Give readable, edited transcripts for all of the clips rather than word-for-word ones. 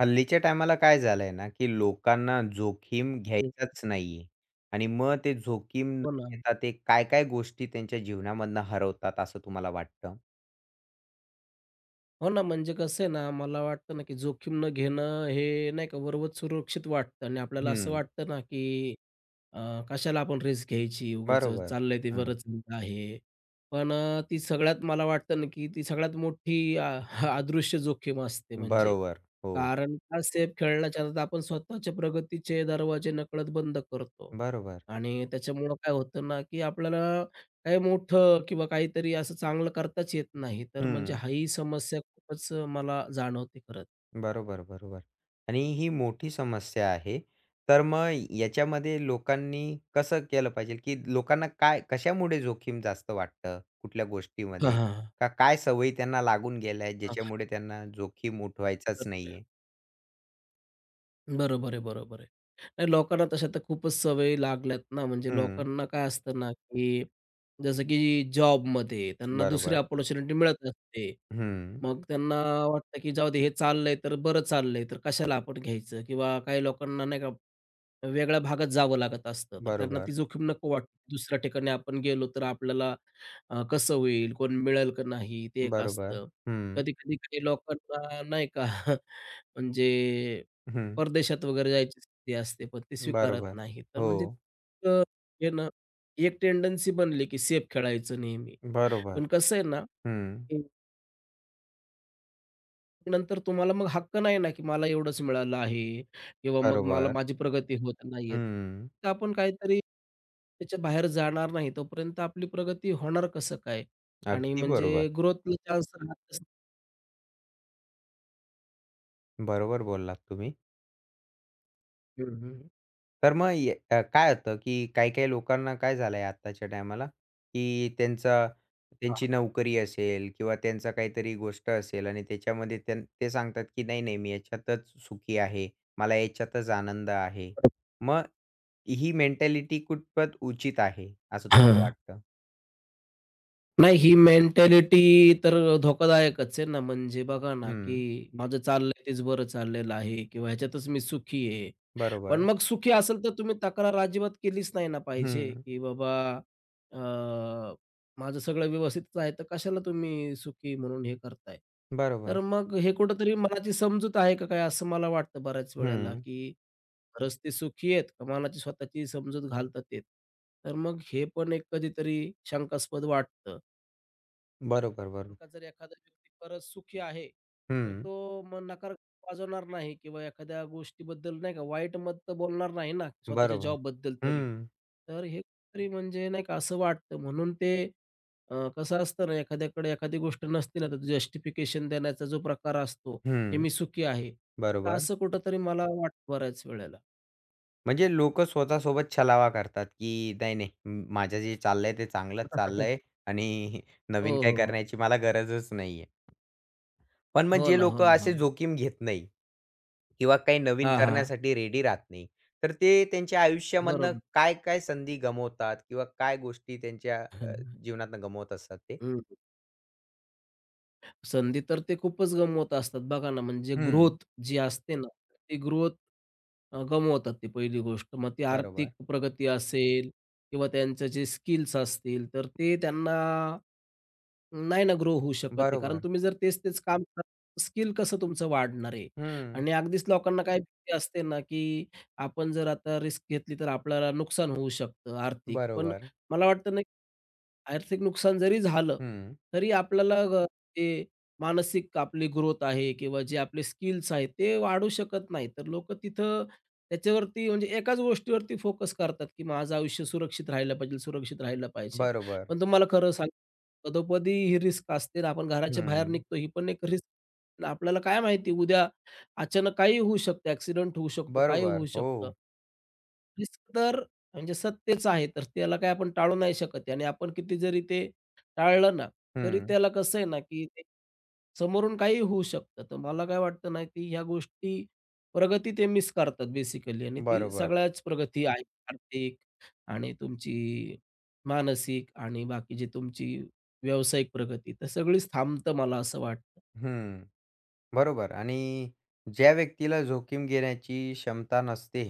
हल्लीच्या टायमाला काय झालंय ना, की लोकांना जोखीम हं, घ्यायचाच नाहीये आणि मग ते जोखीम न हो ना. घेता ते काय-काय गोष्टी त्यांच्या जीवनामधनं हरवतात असं तुम्हाला वाटतं? हो ना, म्हणजे कसं आहे ना, मला वाटतं ना, की जोखीम न घेणं हे नाही का वरवत सुरक्षित वाटतं आणि आपल्याला असं हं. वाटतं ना, की कशाला आपण रिस्क घ्यायची उगाचच, बरोबर. चाललंय ते हं. बरंच आहे. पण ती सगळ्यात मला वाटतं ना, की ती सगळ्यात मोठी अदृश्य जोखीम असते म्हणजे. बरोबर. हो. कारण का सेफ खेळण्याच्या आत आपण स्वतःच्या प्रगतीचे दरवाजे नकळत बंद करतो बरोबर. आणि त्याच्यामुळं काय होतं ना, की आपल्याला काही मोठं किंवा काहीतरी असं चांगलं करताच येत नाही. तर म्हणजे हं. हा ही समस्या खूपच मला जाणवते खरंच. बरोबर, बरोबर. आणि ही मोठी समस्या आहे. तर मग याच्यामध्ये लोकांनी कसं केलं पाहिजे, की लोकांना काय कशामुळे जोखीम जास्त वाटतं? कुठल्या हां, गोष्टीमध्ये? हां, हां. का काय सवयी त्यांना लागून गेल्या आहेत, ज्याच्यामुळे त्यांना जोखीम उठवायचाच नाहीये? बरोबर आहे, बरोबर आहे. नाही लोकांना तशा तर खूपच सवयी लागल्यात ना, म्हणजे हं, लोकांना काय असतं ना, की जसं की जॉबमध्ये त्यांना दुसरी बरोबर. अपॉर्च्युनिटी मिळत असते. हं, मग त्यांना वाटतं, की जाऊ दे हे चाललंय तर बरं चाललंय, तर कशाला आपण घ्यायचं किंवा काही लोकांना नाही का वेगळ्या भागात जावं लागत असतं. तर त्यांना बरोबर, ती जोखीम नको वाटते. दुसऱ्या ठिकाणी आपण गेलो तर आपल्याला कसं होईल? कोण मिळेल का नाही? ते एक बरोबर. असतं. हं, कधी-कधी काही लोकांना नाही का म्हणजे हं, परदेशात वगैरे जायची स्थिती असते, पण ते स्वीकारत बरोबर. नाही. तर हो, म्हणजे अ, हे ना, ही एक टेंडन्सी बनली की सेफ खेळायचं नेहमी. बरोबर. पण कसं आहे ना हं, नंतर तुम्हाला मग हक्क नाही ना, की मला एवढंच मिळालं आहे किंवा मग मला बरोबर. माझी प्रगती होत नाहीये. हं, तर आपण काहीतरी त्याच्या बाहेर जाणार नाही. तोपर्यंत आपली प्रगती होणार कसं काय? आणि अगदी बरोबर. म्हणजे ग्रोथला चान्स राहतच नाही. बरोबर बोललात तुम्ही. हं, हं. तर मग काय होतं, की काही-काही लोकांना काय झालंय आत्ताच्या टायमाला, की हां, त्यांची हां. नोकरी असेल किंवा त्यांचा काहीतरी गोष्ट असेल आणि त्याच्यामध्ये ते सांगतात, की "नाही, नाही, मी याच्यातच सुखी आहे. मला याच्यातच आनंद आहे." मग ही मेंटॅलिटी कितपत उचित आहे, असं तुम्हाला वाटतं? नाही ही मेंटॅलिटी तर धोकादायकच आहे ना, म्हणजे बघा ना, हं, की माझं चाललंय तेच बरं चाललेलं आहे किंवा ह्याच्यातच मी सुखी आहे. पण बरोबर. मग सुखी असेल तर तुम्ही तक्रार अजिबात केलीच नाही ना पाहिजे, हं, की बाबा अ, माझं सगळं व्यवस्थितच आहे, तर कशाला तुम्ही सुखी म्हणून हे करताय? बरोबर. तर मग हे कुठेतरी मनाची समजूत आहे का काय असं मला वाटतं बऱ्याच वेळेला, हं, की खरंच ते सुखी आहेत का मनाची स्वतःची समजूत घालतात आहेत? तर मग हे पण एक कधीतरी शंकास्पद वाटतं. बरोबर, बरोबर. का जर एखादा व्यक्ती खरंच सुखी आहे, तर हं, तो मग नकार वाजवणार नाही किंवा एखाद्या गोष्टीबद्दल नाही का वाईट मत तर बोलणार नाही ना, स्वतःच्या बरोबर. जॉब बद्दल तरी. हं, तर हे तरी म्हणजे नाही का असं वाटतं म्हणून ते कसं असतं ना एखाद्याकडे एखादी गोष्ट नसते ना, तर जस्टिफिकेशन देण्याचा जो प्रकार असतो, की हं, मी सुखी आहे. तर बरोबर. असं कुठेतरी मला वाटतं बऱ्याच वेळेला. म्हणजे लोकं स्वतःसोबत छलावा करतात, की नाही, नाही माझं जे चाललंय ते चांगलंच चाललंय आणि हो, नवीन काही हो, हो. करण्याची मला गरजच नाहीये. पण मग हो जे ना, हो लोकं ना, हो असे ना. जोखीम घेत नाही किंवा काही नवीन हां, हां. करण्यासाठी रेडी राहत नाही, तर ते त्यांच्या आयुष्यामधनं बरोबर. काय-काय संधी गमावतात किंवा काय गोष्टी त्यांच्या जीवनातनं गमावत असतात ते? हं. संधी तर ते खूपच गमवत असतात. बघा ना, म्हणजे हं. ग्रोथ जी असते ना, ती ग्रोथ गमवतात ते पहिली गोष्ट. मग ती बरोबर. आर्थिक प्रगती असेल किंवा त्यांचे जे स्किल्स असतील, तर ते त्यांना नाही ना ग्रो होऊ शकत ते. कारण बरोबर. तुम्ही जर तेच-तेच काम स्किल कसं तुमचं वाढणार आहे? हं. आणि अगदीच लोकांना काय भीती असते ना, की आपण जर आता रिस्क घेतली तर आपल्याला नुकसान होऊ शकतं आर्थिक. पण बरोबर. मला वाटतं नाही आर्थिक नुकसान जरी झालं, हं. तरी आपल्याला ते मानसिक आपली ग्रोथ आहे किंवा जे आपले स्किल्स आहेत ते वाढू शकत नाही. तर लोकं तिथं त्याच्यावरती म्हणजे एकाच गोष्टीवरती फोकस करतात, की माझं आयुष्य सुरक्षित राहिलं पाहिजे, सुरक्षित राहिलं पाहिजे. बरोबर. पण तुम्हाला खरं सांग पदोपदी ही रिस्क असते ना, आपण घराच्या बाहेर हं. निघतो ही पण एक रिस्क. आपल्याला काय माहिती उद्या अचानक काहीही होऊ शकतं, ॲक्सिडेंट होऊ शकतो, काही बरोबर. होऊ हो. शकतं. रिस्क तर म्हणजे सत्तेच आहे, तर त्याला काय आपण टाळू नाही शकत आहे आणि आपण किती जरी ते टाळलं ना, तरी हं. त्याला कसं आहे ना, की ते समोरून काहीही होऊ शकतं. तर मला काय वाटतं ना, की ह्या गोष्टी प्रगती ते मिस करतात बेसिकली आणि ती बरोबर. सगळ्याच प्रगती आहे आर्थिक आणि तुमची मानसिक आणि बाकी जे तुमची व्यावसायिक प्रगती, तर सगळीच थांबतं मला असं वाटतं. हं. बरोबर आणि ज्या व्यक्तीला जोखीम घेण्याची क्षमता नसते,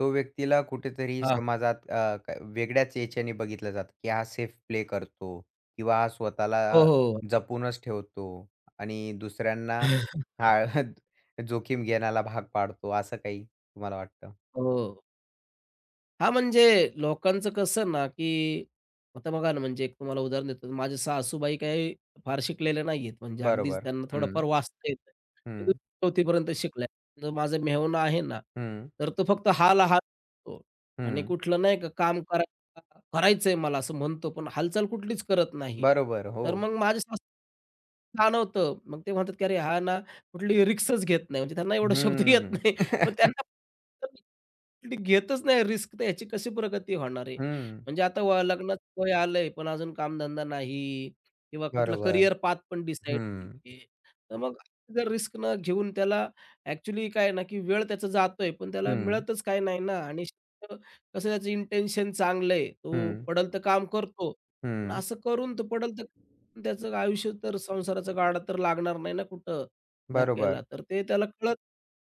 तो व्यक्तीला कुठेतरी हां. समाजात अ, क वेगळ्याच याच्याने बघितलं जातं, की हा सेफ प्ले करतो किंवा हा स्वतःला हो, हो. जपूनच ठेवतो आणि दुसऱ्यांना हा जोखीम घेण्याला भाग पाडतो, असं काही तुम्हाला वाटतं? हो. हा म्हणजे लोकांचं कसं ना, की आता बघा ना, म्हणजे एक तुम्हाला उदाहरण देतो. माझ्या सासूबाई काही फार शिकलेल्या नाहीयेत. म्हणजे अगदीच बरोबर. त्यांना हं, थोडंफार वाचता येतं. ते हं, 4थी पर्यंत शिकल्या. तर माझा मेहुणा आहे ना, हं, तर तो फक्त हाल हाल तो आणि हं. कुठलं नाही का काम करा करायचंय मला असं म्हणतो, पण हालचाल कुठलीच करत नाही. बरोबर. तर हो. मग माझ्या सासू जाणवतं. मग ते म्हणतात, की "अरे, हा ना कुठली रिस्कच घेत नाही." म्हणजे त्यांना एवढा शब्द येत हं. नाही. पण त्यांना ते घेतच नाही रिस्क, तर ह्याची कशी प्रगती होणार आहे? हं. म्हणजे आता व लग्नाचं वय आलंय, पण अजून कामधंदा नाही किंवा कुठला बरोबर. करियर पाथ पण डिसाईड हं, नाहीये. तर मग जर रिस्क न घेऊन त्याला ॲक्चुअली काय ना, की वेळ त्याचा जातोय, पण त्याला हं, मिळतच काही नाही ना आणि शेवटी कसं त्याचं इंटेन्शन चांगलं तो हं, पडेल तर काम करतो. पण हं. असं करून तो पडेल तर त्याचं आयुष्य तर संसाराचा गाडा तर लागणार नाही ना कुठं बरोबर. धक्क्याला. तर ते त्याला कळत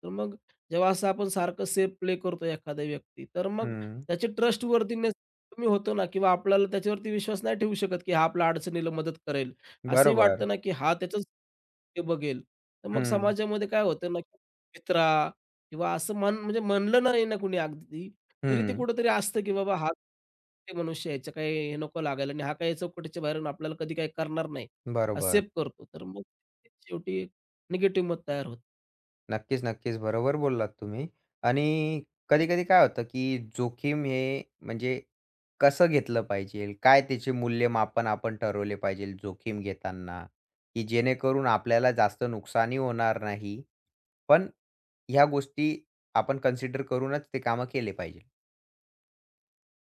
तर मग जेव्हा असं आपण सारखं सेफ प्ले करतो एखादा व्यक्ती, तर मग हं, त्याची ट्रस्टवर्थीनेस कमी होतो ना किंवा आपल्याला त्याच्यावरती विश्वास नाही ठेवू शकत, की हा आपल्या अडचणीला मदत करेल. असंही बरोबर. वाटतं ना, की हा त्याचंच ते बघेल. तर मग हं, समाजामध्ये काय होतं ना, की वित्रा किंवा असं म्हण म्हणजे म्हणलं नाही ना कुणी अगदी, तरी ते हं. कुठेतरी असतं, की बाबा हा ते मनुष्य याच्या काही हे नको लागायला आणि हा काही चौकटीच्या बाहेरून आपल्याला कधी काही करणार नाही. बरोबर. सेफ करतो. तर मग शेवटी निगेटिव्ह मत तयार होतं. नक्कीच, नक्कीच. बरोबर बोललात तुम्ही. आणि कधी-कधी काय होतं, की जोखीम हे म्हणजे कसं घेतलं पाहिजे? काय त्याचे मूल्यमापन आपण ठरवले पाहिजे जोखीम घेताना, की जेणेकरून आपल्याला जास्त नुकसानही होणार नाही. पण ह्या गोष्टी आपण कन्सिडर करूनच ते कामं केले पाहिजे.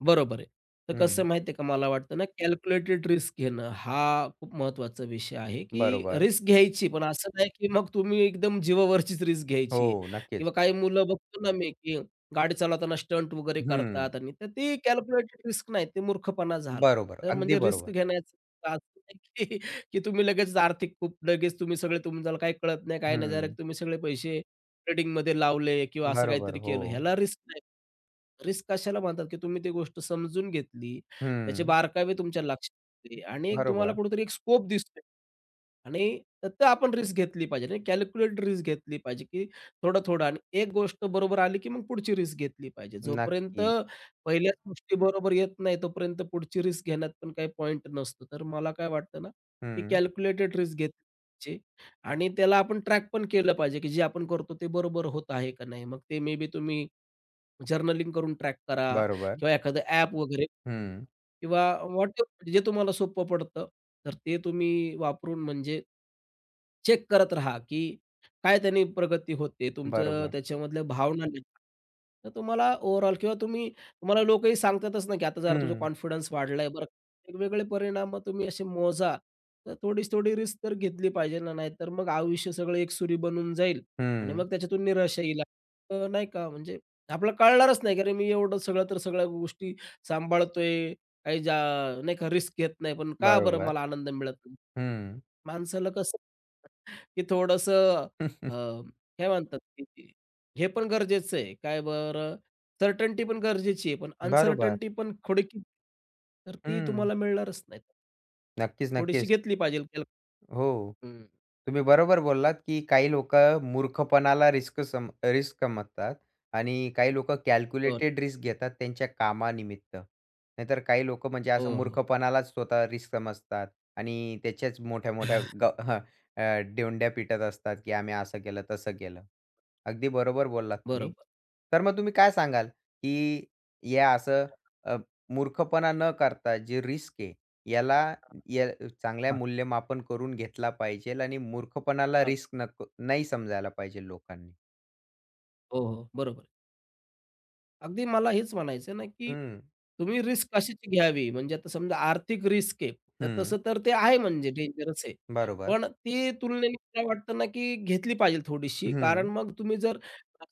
बरोबर आहे. तर कसं हं, आहे माहिती आहे का, मला वाटतं ना कॅल्क्युलेटेड रिस्क घेणं हा खूप महत्त्वाचा विषय आहे, की बरोबर. रिस्क घ्यायची पण असं नाही, की मग तुम्ही एकदम जीवावरचीच रिस्क हो, घ्यायची आहे नक्कीच. किंवा काही मुलं बघतो ना मी, की गाडी चालवताना स्टंट वगैरे हं, करतात आणि तर ती कॅल्क्युलेटेड रिस्क नाही, ते मूर्खपणा झाला. बरोबर. तर अगदी म्हणजे रिस्क बरोबर. घेण्याचं असं नाही, की की तुम्ही लगेच आर्थिक खूप लगेच तुम्ही सगळे तुम्हाला काही कळत नाही, काही नाही, हं, डायरेक्ट तुम्ही सगळे पैसे ट्रेडिंगमध्ये लावले किंवा असं बरोबर. काहीतरी हो. केलं, ह्याला रिस्क नाही. रिस्क कशाला म्हणतात, की तुम्ही ती गोष्ट समजून घेतली, त्याचे हं, बारकावे तुमच्या लक्षात आले आणि एक तुम्हाला बरोबर. कुठेतरी एक स्कोप दिसतोय आणि तर तर आपण रिस्क घेतली पाहिजे आणि कॅल्क्युलेटेड रिस्क घेतली पाहिजे, की थोडं-थोडं आणि एक गोष्ट बरोबर आली, की मग पुढची रिस्क घेतली पाहिजे. जोपर्यंत नक्की. पहिल्याच गोष्टी बरोबर येत नाही, तोपर्यंत पुढची रिस्क घेण्यात पण काही पॉइंट नसतो. तर मला काय वाटतं ना, की हं, कॅल्क्युलेटेड रिस्क घेतली पाहिजे. आणि त्याला आपण ट्रॅक पण केलं पाहिजे, की जे आपण करतो ते बरोबर होत आहे का नाही? मग ते मे बी तुम्ही जर्नलिंग करून ट्रॅक करा बरोबर. किंवा एखादं ॲप वगैरे हं, किंवा व्हॉटएव्हर जे तुम्हाला सोपं पडतं, तर ते तुम्ही वापरून म्हणजे चेक करत राहा, की काय त्याने प्रगती होते. तुमचं बरोबर. त्याच्यामधल्या भावना लिहा. तर तुम्हाला ओव्हरऑल किंवा तुम्ही तुम्हाला लोकही सांगतातच ना, की आता जरा तुझा हं, कॉन्फिडन्स वाढलाय बरं. वेगवेगळे परिणाम मग तुम्ही असे मोजा. तर थोडीच थोडी रिस्क तर घेतली पाहिजे ना, नाहीतर मग आयुष्य सगळं एकसुरी बनून जाईल आणि हं, मग त्याच्यातून निराशा येईल. नाही का म्हणजे आपल्याला कळणारच नाही, की अरे मी एवढं सगळं तर सगळ्या गोष्टी सांभाळतोय, काही जा नाही का रिस्क घेत नाही, पण का बरं बरोबर. मला आनंद मिळत नाही? हं, माणसाला कसं की थोडंसं अ, काय म्हणतात की हे पण गरजेचं आहे. काय बरं सर्टन्टी पण गरजेची आहे, पण बरोबर. अनसर्टन्टी पण थोडी की- तर ती हं, तुम्हाला मिळणारच नाही. नक्कीच, थोडीशी नक्कीच. घेतली पाहिजे. हो. हं. तुम्ही बरोबर बोललात, की काही लोकं मूर्खपणाला रिस्क समजतात आणि काही लोकं हो, कॅल्क्युलेटेड रिस्क घेतात त्यांच्या कामानिमित्त. नाहीतर काही लोकं म्हणजे हो, असं हो. मूर्खपणालाच स्वतः रिस्क समजतात आणि त्याच्याच मोठ्या-मोठ्या डोंड्या पिटत असतात, की आम्ही असं केलं, तसं केलं. अगदी बरोबर बोललात तुम्ही. बरोबर. तर मग तुम्ही काय सांगाल, की या असं अ, मूर्खपणा न करता जे रिस्क आहे याला या चांगल्या हां. मूल्यमापन करून घेतला पाहिजेल आणि मूर्खपणाला हां. रिस्क नको नाही समजायला पाहिजे लोकांनी. हो, हो. बरोबर. अगदी मला हेच म्हणायचं ना, की हं, तुम्ही रिस्क कशाची घ्यावी? म्हणजे आता समजा आर्थिक रिस्क आहे, तर हं. तसं तर ते आहे म्हणजे डेंजरस आहे. बरोबर. पण ती तुलनेने मला वाटतं ना, की घेतली पाहिजे थोडीशी. कारण हं. मग तुम्ही जर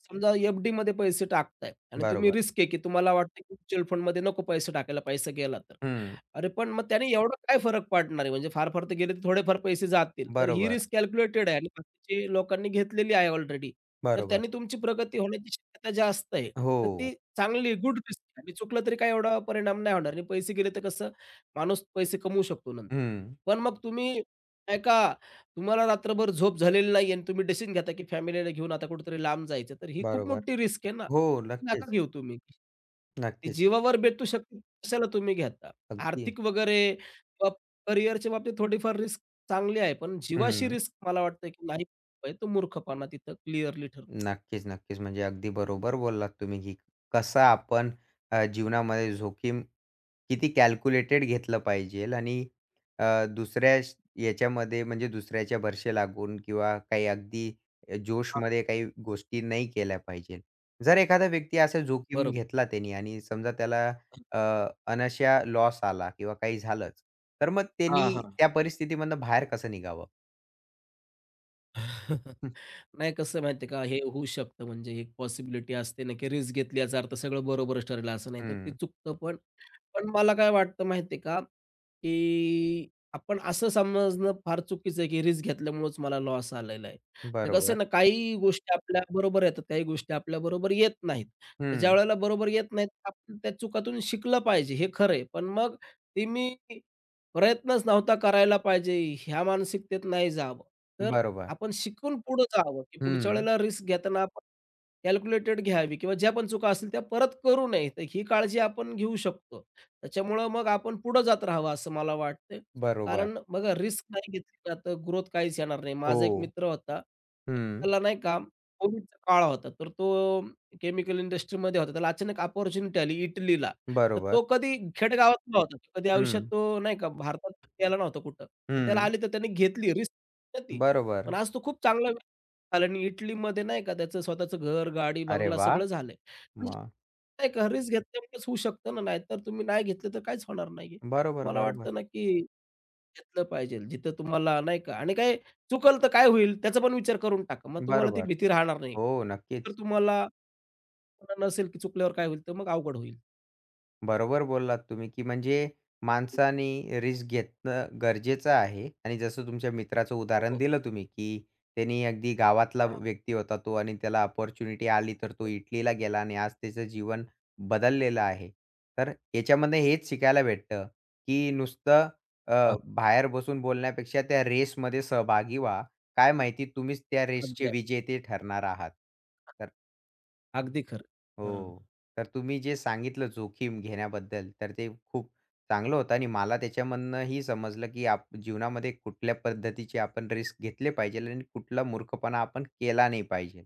समजा एफ-डीमध्ये पैसे टाकताय आणि तुम्ही बरोबर. रिस्क आहे, की तुम्हाला वाटतं, की म्युच्युअल फंडमध्ये नको पैसे टाकायला, पैसा गेला तर. हं. अरे, पण मग त्याने एवढा काय फरक पडणार आहे? म्हणजे फार-फार तर गेले तर थोडेफार पैसे जातील. तर ही बरोबर, रिस्क कॅल्क्युलेटेड आहे आणि बाकीचे लोकांनी घेतलेली आहे ऑलरेडी. तर बरोबर. त्यांनी तुमची प्रगती होण्याची शक्यता जास्त आहे. तर हो. ती चांगली गुड रिस्क आहे आणि चुकलं तरी काही एवढा परिणाम नाही होणार आणि पैसे गेले तर कसं माणूस पैसे कमवू शकतो नंतर. हं. पण मग तुम्ही ऐका, तुम्हाला रात्रभर झोप झालेली नाही आणि तुम्ही डिसिजन घेता, की फॅमिलीला घेऊन आता कुठेतरी लांब जायचं. तर ही खूप बरोबर. मोठी रिस्क आहे ना. हो, ती नका नक्कीच, घेऊ तुम्ही. ती नक्कीच. जीवावर बेतू शकते कशाला तुम्ही घेता. अगदी. आर्थिक वगैरे करिअरच्या बाबतीत थोडीफार रिस्क चांगली आहे. पण जीवाशी हं. रिस्क मला वाटतं, की नाही तो मूर्खपणा तिथं क्लिअरली ठरतो. नक्कीच, नक्कीच. म्हणजे अगदी बरोबर बोललात तुम्ही, की कसं आपण जीवनामध्ये जोखीम किती कॅल्क्युलेटेड घेतलं पाहिजेल आणि अ, दुसऱ्या श- याच्यामध्ये म्हणजे दुसऱ्याच्या भरशी लागून किंवा काही अगदी जोशमध्ये काही गोष्टी नाही केल्या पाहिजेल. जर एखादा व्यक्ती असा जोखीम बरोबर. घेतला त्यानी आणि समजा त्याला अ, अनाशा लॉस आला किंवा काही झालंच, तर मग हां, त्यांनी हां. त्या परिस्थितीमधनं बाहेर कसं निघावं? नाही कसं आहे माहिती आहे का, हे होऊ शकतं म्हणजे एक पॉसिबिलिटी असते ना, की रिस्क घेतली याचा अर्थ सगळं बरोबरच ठरेल असं नाही, तर ते हं, चुकतं पण. पण मला काय वाटतं माहिती का, की आपण असं समजणं फार चुकीचं आहे, की रिस्क घेतल्यामुळेच मला लॉस आलेला आहे. तर कसं आहे बरोबर. ना, काही गोष्टी आपल्या बरोबर येतात, काही गोष्टी आपल्याबरोबर येत नाहीत. तर हं, ज्यावेळेला बरोबर येत नाहीत, आपण त्या चुकातून शिकलं पाहिजे, हे खरं आहे. पण मग ते मी प्रयत्नच नव्हता करायला पाहिजे, ह्या मानसिकतेत नाही जावं. तर बरोबर. आपण शिकून पुढे जावं, की पुढच्या हं. वेळेला रिस्क घेताना आपण कॅल्क्युलेटेड घ्यावी किंवा ज्या पण चुका असतील त्या परत करू नये. तर ही काळजी आपण घेऊ शकतो. त्याच्यामुळं मग आपण पुढे जात राहावं असं मला वाटतंय. बरोबर. कारण बघा रिस्क नाही घेतली ना तर ग्रोथ काहीच येणार नाही. हो. माझा एक मित्र होता. हं. त्याला नाही का कोविडचा काळ होता. तर तो केमिकल इंडस्ट्रीमध्ये होता. त्याला अचानक अपॉर्च्युनिटी आली इटलीला. तर बरोबर. तो कधी खेडेगावातला होता. कधी आयुष्यात हं. तो नाही का भारतात गेला नव्हता कुठं. पण त्याला हं. आली तर त्याने घेतली रिस्क होती. बरोबर. पण आज तो खूप चांगला व्यक्ती झाला आणि इटलीमध्ये नाही का त्याचं स्वतःचं घर, गाडी, अरे बंगला सगळं वाह! झालंय. म्हणजे मग. नाही का रिस्क घेतल्यामुळेच होऊ शकतं ना, नाहीतर तुम्ही नाही घेतलं तर काहीच होणार नाहीये. बरोबर, मला बरोबर. वाटतं ना, की घेतलं पाहिजे. जिथं तुम्हाला नाही का आणि काय चुकलं तर काय होईल त्याचा पण विचार करून टाका. मग तुम्हाला ती बरोबर. भीती राहणार नाही. हो, तर नक्कीच. तुम्हाला नसेल, की चुकल्यावर काय होईल, तर मग अवघड होईल. बरोबर बोललात तुम्ही, की म्हणजे माणसाने रिस्क घेतणं गरजेचं आहे आणि जसं तुमच्या मित्राचं हो, उदाहरण हो. दिलं तुम्ही, की त्यांनी अगदी गावातला हां, व्यक्ती होता तो आणि त्याला अपॉर्च्युनिटी आली, तर तो इटलीला गेला आणि आज त्याचं जीवन बदललेलं आहे. तर याच्यामध्ये हेच शिकायला भेटतं, की नुसतं हां. बाहेर बसून बोलण्यापेक्षा त्या रेसमध्ये सहभागी व्हा. काय माहिती तुम्हीच त्या रेसचे अगदी, विजेते ठरणार आहात. तर अगदी खरं. हां. हो. तर तुम्ही जे सांगितलं जोखीम घेण्याबद्दल, तर ते खूप चांगलं होतं आणि मला त्याच्यामधनं ही समजलं, की आप जीवनामध्ये कुठल्या पद्धतीचे आपण रिस्क घेतले पाहिजेल आणि कुठला मूर्खपणा आपण केला नाही पाहिजे.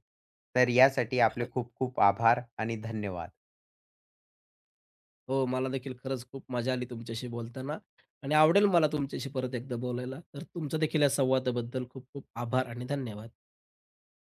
तर यासाठी आपले खूप खूप आभार आणि धन्यवाद. हो, मला देखील खरंच खूप मजा आली तुमच्याशी बोलताना आणि आवडेल मला तुमच्याशी परत एकदा बोलायला. तर तुमचं देखील या संवादाबद्दल खूप खूप आभार आणि धन्यवाद.